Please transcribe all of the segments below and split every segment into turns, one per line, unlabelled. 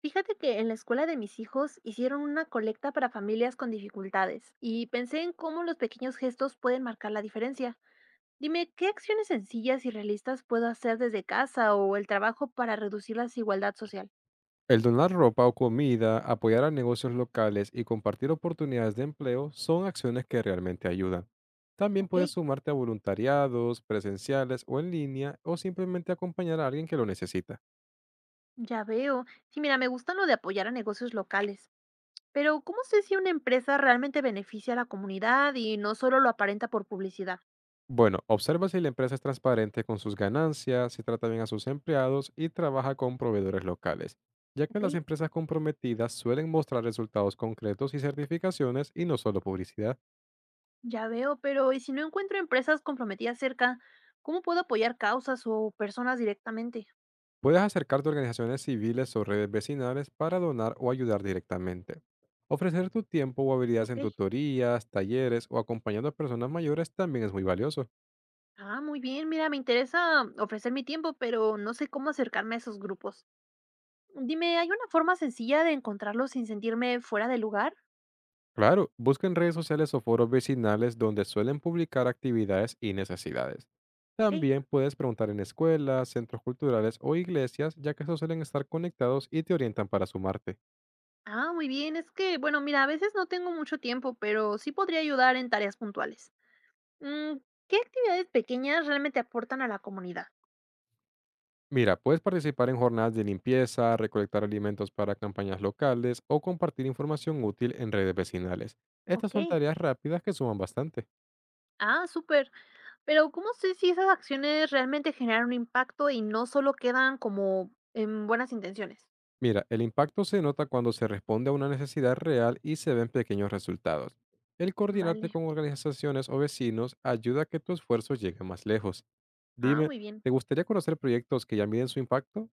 Fíjate que en la escuela de mis hijos hicieron una colecta para familias con dificultades y pensé en cómo los pequeños gestos pueden marcar la diferencia. Dime, ¿qué acciones sencillas y realistas puedo hacer desde casa o el trabajo para reducir la desigualdad social?
El donar ropa o comida, apoyar a negocios locales y compartir oportunidades de empleo son acciones que realmente ayudan. También
Ok,
puedes sumarte a voluntariados, presenciales o en línea, o simplemente acompañar a alguien que lo necesita.
ya veo. Sí, mira, me gusta lo de apoyar a negocios locales, pero ¿cómo sé si una empresa realmente beneficia a la comunidad y no solo lo aparenta por publicidad?
Bueno, observa si la empresa es transparente con sus ganancias, si trata bien a sus empleados y trabaja con proveedores locales, ya que
Ok.
las empresas comprometidas suelen mostrar resultados concretos y certificaciones y no solo publicidad.
Ya veo, pero ¿y si no encuentro empresas comprometidas cerca, cómo puedo apoyar causas o personas directamente?
Puedes acercarte a organizaciones civiles o redes vecinales para donar o ayudar directamente. Ofrecer tu tiempo o habilidades
Ok.
en tutorías, talleres o acompañando a personas mayores también es muy valioso.
Ah, muy bien. Mira, me interesa ofrecer mi tiempo, pero no sé cómo acercarme a esos grupos. Dime, ¿hay una forma sencilla de encontrarlos sin sentirme fuera de lugar?
Claro, busca en redes sociales o foros vecinales donde suelen publicar actividades y necesidades.
Ok.
También puedes preguntar en escuelas, centros culturales o iglesias, ya que estos suelen estar conectados y te orientan para sumarte.
Ah, muy bien. Es que, bueno, mira, a veces no tengo mucho tiempo, pero sí podría ayudar en tareas puntuales. Mm, ¿Qué actividades pequeñas realmente aportan a la comunidad?
Mira, puedes participar en jornadas de limpieza, recolectar alimentos para campañas locales o compartir información útil en redes vecinales. Estas
Ok.
son tareas rápidas que suman bastante.
Ah, súper. Pero ¿cómo sé si esas acciones realmente generan un impacto y no solo quedan como en buenas intenciones?
Mira, el impacto se nota cuando se responde a una necesidad real y se ven pequeños resultados. El coordinarte
Vale.
con organizaciones o vecinos ayuda a que tu esfuerzo llegue más lejos.
Ah,
Dime,
muy bien.
¿te gustaría conocer proyectos que ya miden su impacto?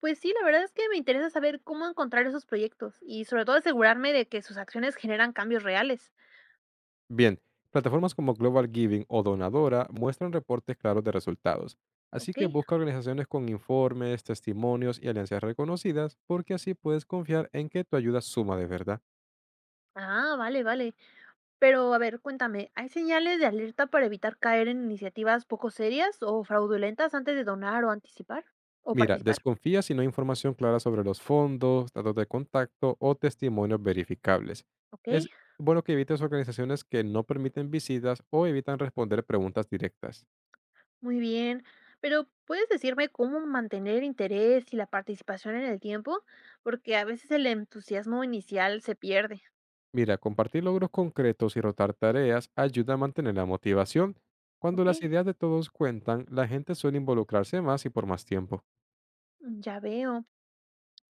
Pues sí, la verdad es que me interesa saber cómo encontrar esos proyectos y sobre todo asegurarme de que sus acciones generan cambios reales.
Bien, plataformas como Global Giving o Donadora muestran reportes claros de resultados, así
Ok.
que busca organizaciones con informes, testimonios y alianzas reconocidas, porque así puedes confiar en que tu ayuda suma de verdad.
Ah, vale, vale. Pero a ver, cuéntame, ¿hay señales de alerta para evitar caer en iniciativas poco serias o fraudulentas antes de donar o anticipar o
Mira,
participar?
desconfía si no hay información clara sobre los fondos, datos de contacto o testimonios verificables.
Ok.
Es bueno que evites organizaciones que no permiten visitas o evitan responder preguntas directas.
Muy bien, pero ¿puedes decirme cómo mantener el interés y la participación en el tiempo? Porque a veces el entusiasmo inicial se pierde.
Mira, compartir logros concretos y rotar tareas ayuda a mantener la motivación. Cuando
Ok,
las ideas de todos cuentan, la gente suele involucrarse más y por más tiempo.
ya veo.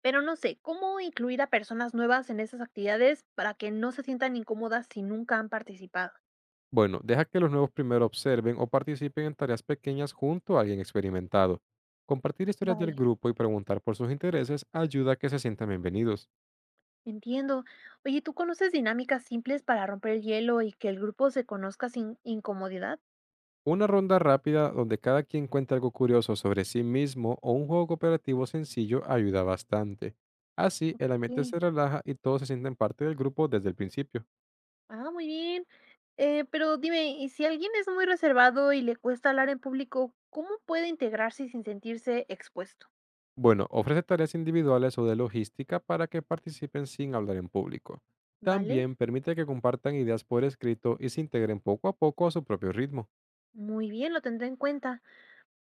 Pero no sé, ¿cómo incluir a personas nuevas en esas actividades para que no se sientan incómodas si nunca han participado?
Bueno, deja que los nuevos primero observen o participen en tareas pequeñas junto a alguien experimentado. Compartir historias del
Vale,
grupo y preguntar por sus intereses ayuda a que se sientan bienvenidos.
entiendo. Oye, ¿tú conoces dinámicas simples para romper el hielo y que el grupo se conozca sin incomodidad?
Una ronda rápida donde cada quien cuente algo curioso sobre sí mismo o un juego cooperativo sencillo ayuda bastante. Así, el ambiente se
Sí.
relaja y todos se sienten parte del grupo desde el principio.
Ah, muy bien. Pero dime, ¿y si alguien es muy reservado y le cuesta hablar en público, cómo puede integrarse sin sentirse expuesto?
Bueno, ofrece tareas individuales o de logística para que participen sin hablar en público.
¿Vale?
También permite que compartan ideas por escrito y se integren poco a poco a su propio ritmo.
Muy bien, lo tendré en cuenta.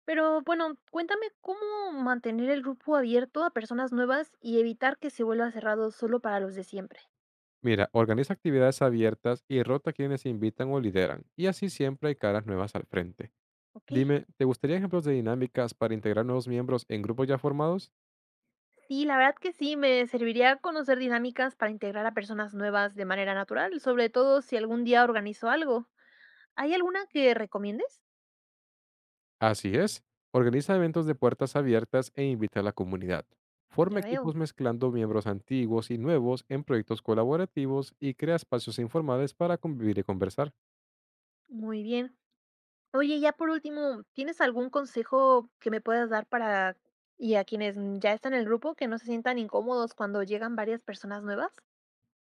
Pero bueno, cuéntame cómo mantener el grupo abierto a personas nuevas y evitar que se vuelva cerrado solo para los de siempre.
Mira, organiza actividades abiertas y rota quienes invitan o lideran, y así siempre hay caras nuevas al frente.
Ok.
Dime, ¿te gustaría ejemplos de dinámicas para integrar nuevos miembros en grupos ya formados?
Sí, la verdad que sí, me serviría conocer dinámicas para integrar a personas nuevas de manera natural, sobre todo si algún día organizo algo. ¿Hay alguna que recomiendes?
Así es. Organiza eventos de puertas abiertas e invita a la comunidad. Forma
Ya veo.
equipos mezclando miembros antiguos y nuevos en proyectos colaborativos y crea espacios informales para convivir y conversar.
Muy bien. Oye, ya por último, ¿tienes algún consejo que me puedas dar para y a quienes ya están en el grupo, que no se sientan incómodos cuando llegan varias personas nuevas?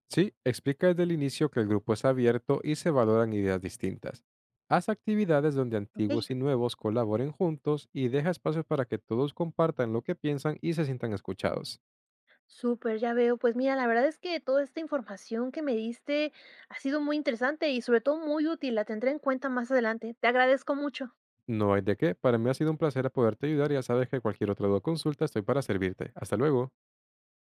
Sí, explica desde el inicio que el grupo es abierto y se valoran ideas distintas. Haz actividades donde antiguos
Okey,
y nuevos colaboren juntos y deja espacios para que todos compartan lo que piensan y se sientan escuchados.
súper, ya veo. Pues mira, la verdad es que toda esta información que me diste ha sido muy interesante y sobre todo muy útil, la tendré en cuenta más adelante. Te agradezco mucho.
No hay de qué, para mí ha sido un placer poderte ayudar y ya sabes que cualquier otra duda o consulta estoy para servirte. Hasta luego.